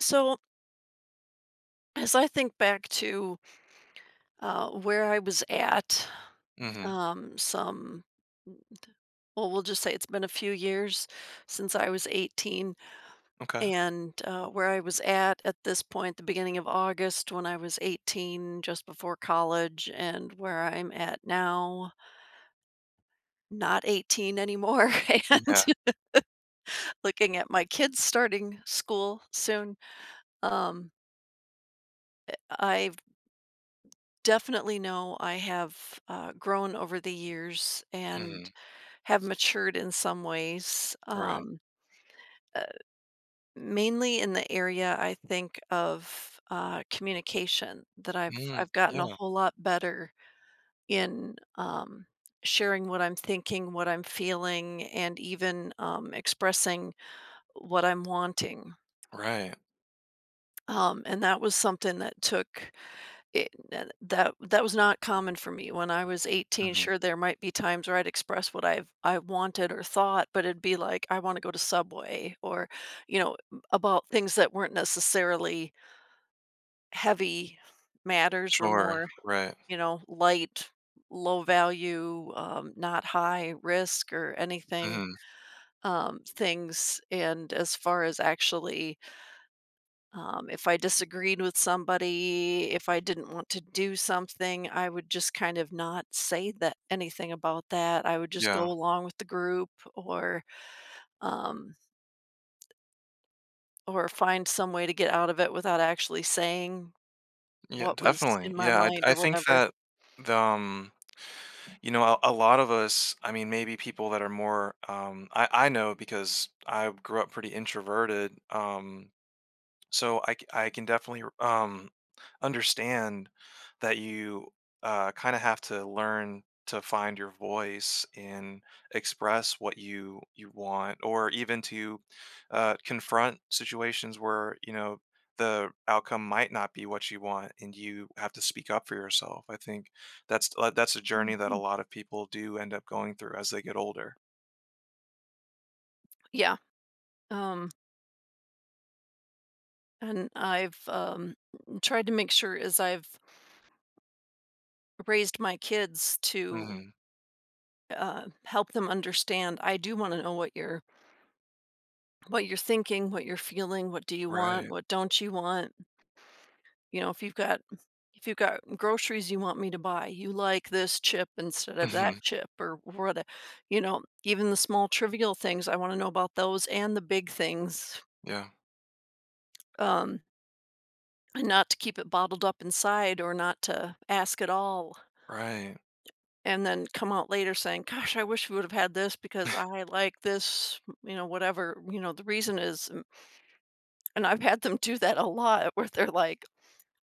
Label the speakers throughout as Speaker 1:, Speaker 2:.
Speaker 1: So, as I think back to where I was at,
Speaker 2: Mhm.
Speaker 1: um, some, mm, well, we'll just say it's been a few years since I was 18,
Speaker 2: Okay.
Speaker 1: and where I was at this point, the beginning of August when I was 18, just before college, and where I'm at now, not 18 anymore,
Speaker 2: Yeah.
Speaker 1: and looking at my kids starting school soon. Um, I've Definitely know I have, grown over the years and
Speaker 2: Mhm.
Speaker 1: have matured in some ways,
Speaker 2: Right.
Speaker 1: uh, mainly in the area, I think, of, communication that I've
Speaker 2: Mm.
Speaker 1: I've gotten a
Speaker 2: Yeah.
Speaker 1: whole lot better in, sharing what I'm thinking, what I'm feeling, and even, expressing what I'm wanting,
Speaker 2: Right.
Speaker 1: and that was something that took It that that that was not common for me when I was 18.
Speaker 2: Mhm.
Speaker 1: Sure, there might be times where I'd express what I wanted or thought, but it'd be like, "I wanna go to Subway," or, you know, m about things that weren't necessarily heavy matters, were
Speaker 2: Sure.
Speaker 1: more,
Speaker 2: Right.
Speaker 1: you know, light, low value, not high risk or anything,
Speaker 2: Mhm.
Speaker 1: things, and as far as actually if I disagreed with somebody, if I didn't want to do something, I would just kind of not say that anything about that. I would just go
Speaker 2: Yeah.
Speaker 1: along with the group or, um, or find some way to get out of it without actually saying
Speaker 2: Yeah,
Speaker 1: what was
Speaker 2: definitely.
Speaker 1: in my
Speaker 2: Yeah,
Speaker 1: mind
Speaker 2: I
Speaker 1: or
Speaker 2: think
Speaker 1: whatever.
Speaker 2: that the, um, a lot of us, I mean, maybe people that are more, I know because I grew up pretty introverted, so I can definitely understand that you kind of have to learn to find your voice and express what you want or even to confront situations where, the outcome might not be what you want and you have to speak up for yourself. I think that's a journey that a
Speaker 1: Mhm.
Speaker 2: lot of people do end up going through as they get older.
Speaker 1: Yeah. Um, and I've tried to make sure as I've raised my kids to,
Speaker 2: Mhm.
Speaker 1: help them understand, I do want to know what your what you're thinking, what you're feeling, what do you want,
Speaker 2: Right.
Speaker 1: what don't you want? You know, if you've got, if you've got groceries you want me to buy, you like this chip instead of that
Speaker 2: Mhm.
Speaker 1: chip or what, you know, even the small trivial things, I want to know about those and the big things.
Speaker 2: Yeah.
Speaker 1: Um and not to keep it bottled up inside or not to ask at all
Speaker 2: Right.
Speaker 1: and then come out later saying, "Gosh, I wish we would have had this because I like this, you know, whatever, you know, the reason is." And I've had them do that a lot where they're like,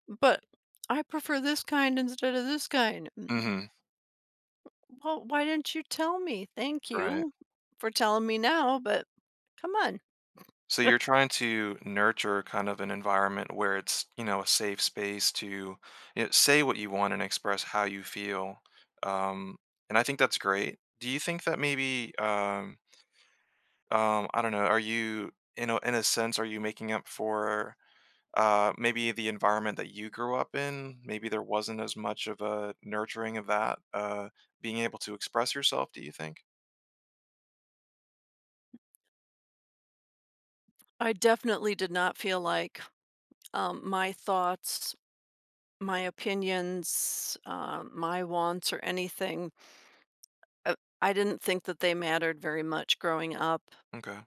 Speaker 1: "But I prefer this kind instead of this kind." Mm.
Speaker 2: Mhm.
Speaker 1: Well, why didn't you tell me? Thank
Speaker 2: Right.
Speaker 1: you for telling me now, but come on.
Speaker 2: So you're trying to nurture kind of an environment where it's, a safe space to say what you want and express how you feel. Um, and I think that's great. Do you think that maybe, I don't know, are you, in a sense, are you making up for maybe the environment that you grew up in? Maybe there wasn't as much of a nurturing of that, being able to express yourself, do you think?
Speaker 1: I definitely did not feel like, my thoughts, my opinions, my wants, or anything. uh, I didn't think that they mattered very much growing up.
Speaker 2: Okay.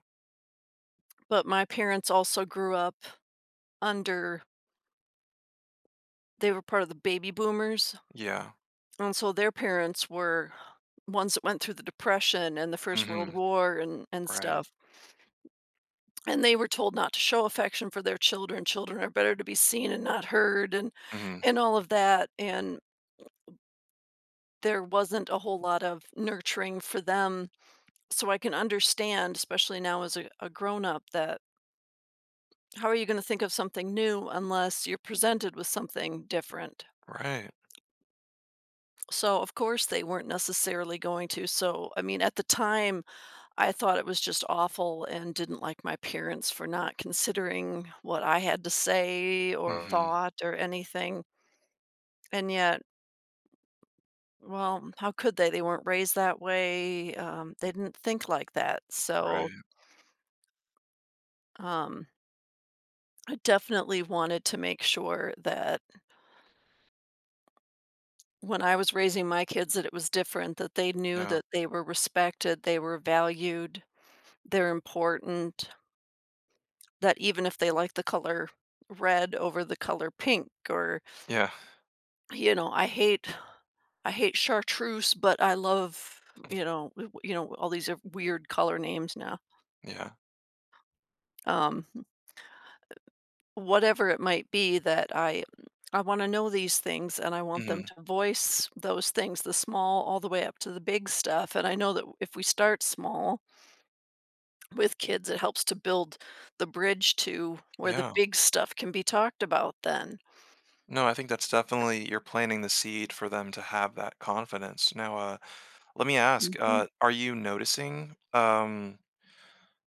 Speaker 1: But my parents also grew up under, they were part of the baby boomers.
Speaker 2: Yeah.
Speaker 1: And so their parents were ones that went through the Depression and the First
Speaker 2: Hmm.
Speaker 1: World War and
Speaker 2: Right.
Speaker 1: stuff, and they were told not to show affection for their children, children are better to be seen and not heard
Speaker 2: Hmm.
Speaker 1: and all of that, and there wasn't a whole lot of nurturing for them. So I can understand, especially now as a grown up, that how are you going to think of something new unless you're presented with something different?
Speaker 2: Right.
Speaker 1: So of course they weren't necessarily going to. So I mean at the time I thought it was just awful and didn't like my parents for not considering what I had to say or
Speaker 2: Hmm.
Speaker 1: thought or anything. And yet, well, how could they? They weren't raised that way. They didn't think like that. So,
Speaker 2: Right.
Speaker 1: um, I definitely wanted to make sure that when I was raising my kids, that it was different, that they knew
Speaker 2: Yeah,
Speaker 1: that they were respected, they were valued, they're important, that even if they like the color red over the color pink or,
Speaker 2: yeah,
Speaker 1: you know, I hate chartreuse, but I love, you know, w you know, all these are weird color names now.
Speaker 2: yeah,
Speaker 1: Um, Whatever it might be that I wanna know these things, and I want them
Speaker 2: mhm,
Speaker 1: to voice those things, the small all the way up to the big stuff, and I know that if we start small with kids, it helps to build the bridge to where the
Speaker 2: yeah.
Speaker 1: big stuff can be talked about then.
Speaker 2: No, I think that's definitely you're planting the seed for them to have that confidence. Now, let me ask,
Speaker 1: Mhm.
Speaker 2: are you noticing,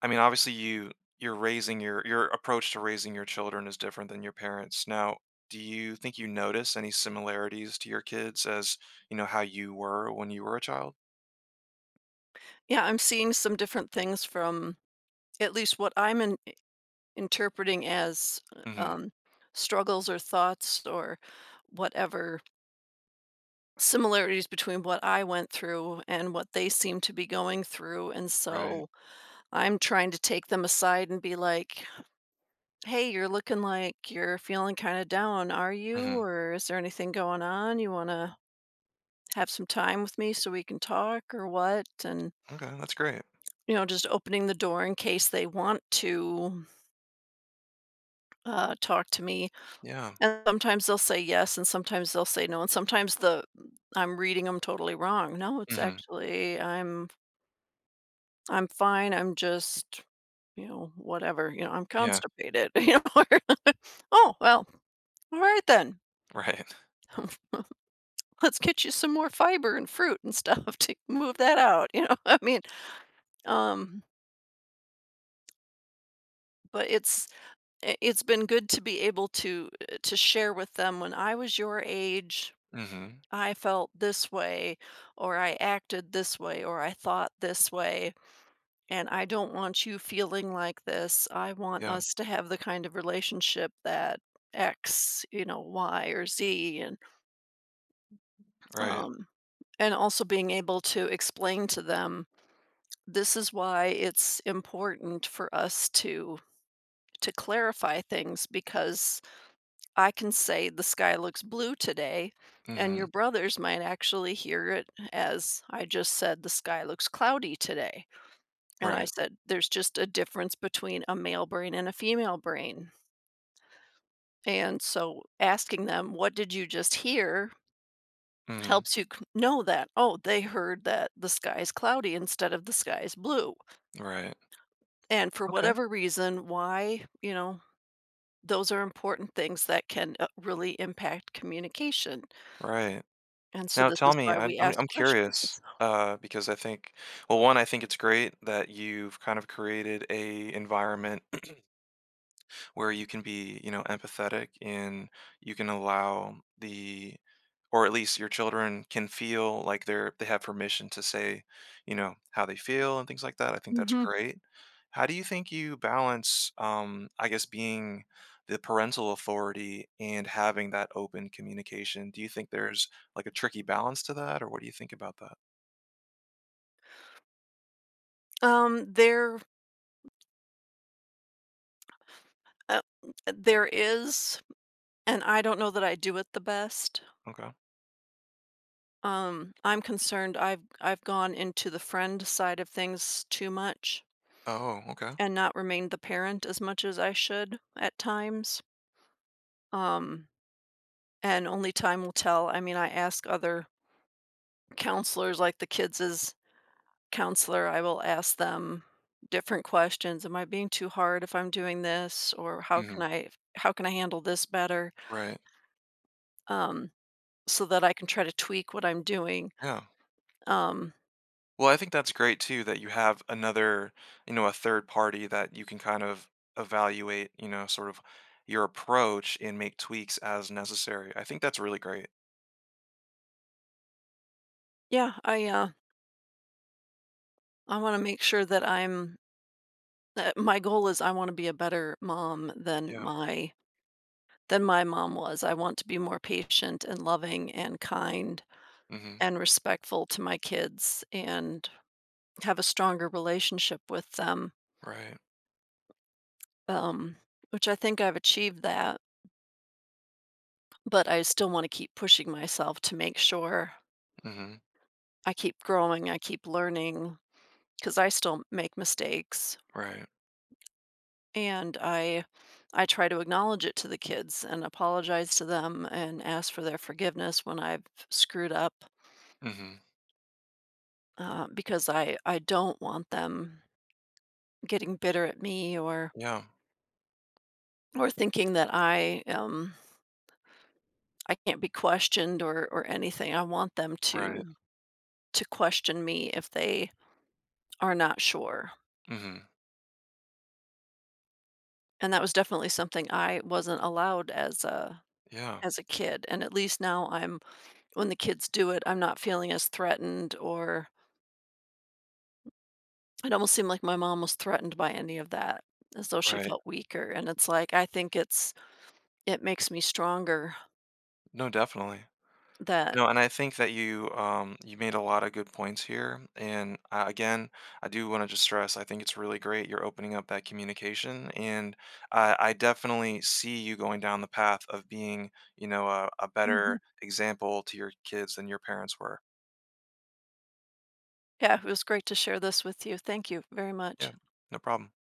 Speaker 2: I mean, obviously you're raising your approach to raising your children is different than your parents. Now, do you think you notice any similarities to your kids as, how you were when you were a child?
Speaker 1: Yeah, I'm seeing some different things from at least what I'm interpreting as
Speaker 2: Mhm.
Speaker 1: struggles or thoughts or whatever, similarities between what I went through and what they seem to be going through. And
Speaker 2: Right.
Speaker 1: so I'm trying to take them aside and be like, hey, you're looking like you're feeling kind of down. Are you?
Speaker 2: Mhm.
Speaker 1: Or is there anything going on? You want to have some time with me so we can talk or what? And,
Speaker 2: Okay, that's great.
Speaker 1: you know, just opening the door in case they want to, talk to me.
Speaker 2: Yeah.
Speaker 1: And sometimes they'll say yes, and sometimes they'll say no, and sometimes the I'm reading them totally wrong. No, it's
Speaker 2: Mhm.
Speaker 1: actually, I'm fine, I'm just, you know, whatever, you know, I'm
Speaker 2: Yeah.
Speaker 1: constipated, you know, or "Oh, well, all right then."
Speaker 2: Right.
Speaker 1: "Let's get you some more fiber and fruit and stuff to move that out," you know, I mean, um, but it's, I it's been good to be able to share with them, when I was your age
Speaker 2: Mhm.
Speaker 1: I felt this way, or I acted this way, or I thought this way, and I don't want you feeling like this. I want
Speaker 2: Yeah.
Speaker 1: us to have the kind of relationship that X, you know, Y or Z, and,
Speaker 2: Right.
Speaker 1: um, and also being able to explain to them this is why it's important for us to clarify things, because I can say the sky looks blue today, and
Speaker 2: Mhm.
Speaker 1: your brothers might actually hear it as I just said the sky looks cloudy today. And I
Speaker 2: Right.
Speaker 1: said there's just a difference between a male brain and a female brain. And so asking them, what did you just hear?
Speaker 2: Mhm.
Speaker 1: Helps you know that, oh, they heard that the sky is cloudy instead of the sky is blue.
Speaker 2: Right.
Speaker 1: And for
Speaker 2: Okay.
Speaker 1: whatever reason, why, you know, those are important things that can, really impact communication.
Speaker 2: Right.
Speaker 1: And so
Speaker 2: Now
Speaker 1: this is
Speaker 2: tell me,
Speaker 1: why
Speaker 2: I, I'm
Speaker 1: we ask
Speaker 2: I'm curious
Speaker 1: questions.
Speaker 2: because I think, well, one, I think it's great that you've kind of created a environment where you can be, empathetic and you can allow the or at least your children can feel like they have permission to say, how they feel and things like that. I think that's
Speaker 1: Mhm.
Speaker 2: great. How do you think you balance I guess being the parental authority and having that open communication? Do you think there's like a tricky balance to that or what do you think about that?
Speaker 1: Um, there uh, there is, and I don't know that I do it the best.
Speaker 2: Okay.
Speaker 1: I'm concerned I've gone into the friend side of things too much
Speaker 2: Oh, okay.
Speaker 1: and not remained the parent as much as I should at times. Um, and only time will tell. I mean, I ask other counselors like the kids' counselor, I will ask them different questions. Am I being too hard if I'm doing this, or
Speaker 2: Hmm.
Speaker 1: how can I handle this better?
Speaker 2: Right.
Speaker 1: Um, so that I can try to tweak what I'm doing.
Speaker 2: Yeah.
Speaker 1: Um,
Speaker 2: Well, I think that's great too that you have another, a third party that you can kind of evaluate, sort of your approach and make tweaks as necessary. I think that's really great.
Speaker 1: yeah, I want to make sure that I'm. That my goal is I want to be a better mom
Speaker 2: Yeah.
Speaker 1: than my mom was. I want to be more patient and loving and kind
Speaker 2: Mhm.
Speaker 1: and respectful to my kids and have a stronger relationship with them,
Speaker 2: Right.
Speaker 1: um, which I think I've achieved that, but I still want to keep pushing myself to make sure
Speaker 2: Mhm.
Speaker 1: I keep growing, I keep learning, because I still make mistakes
Speaker 2: Right.
Speaker 1: and I try to acknowledge it to the kids and apologize to them and ask for their forgiveness when I've screwed up,
Speaker 2: Mhm.
Speaker 1: because I don't want them getting bitter at me or
Speaker 2: Yeah.
Speaker 1: or thinking that I can't be questioned or anything. I want them
Speaker 2: Right.
Speaker 1: to question me if they are not sure,
Speaker 2: Mhm.
Speaker 1: and that was definitely something I wasn't allowed
Speaker 2: Yeah.
Speaker 1: as a kid, and at least now I'm when the kids do it, I'm not feeling as threatened, or it almost seemed like my mom was threatened by any of that, as though she
Speaker 2: Right.
Speaker 1: felt weaker, and it's like, I think it's, it makes me stronger
Speaker 2: No, definitely.
Speaker 1: that.
Speaker 2: No, and I think that you made a lot of good points here. And again, I do want to just stress, I think it's really great you're opening up that communication, and I definitely see you going down the path of being, a
Speaker 1: Mhm.
Speaker 2: better example to your kids than your parents were.
Speaker 1: Yeah, it was great to share this with you. Thank you very much.
Speaker 2: Yeah, no problem.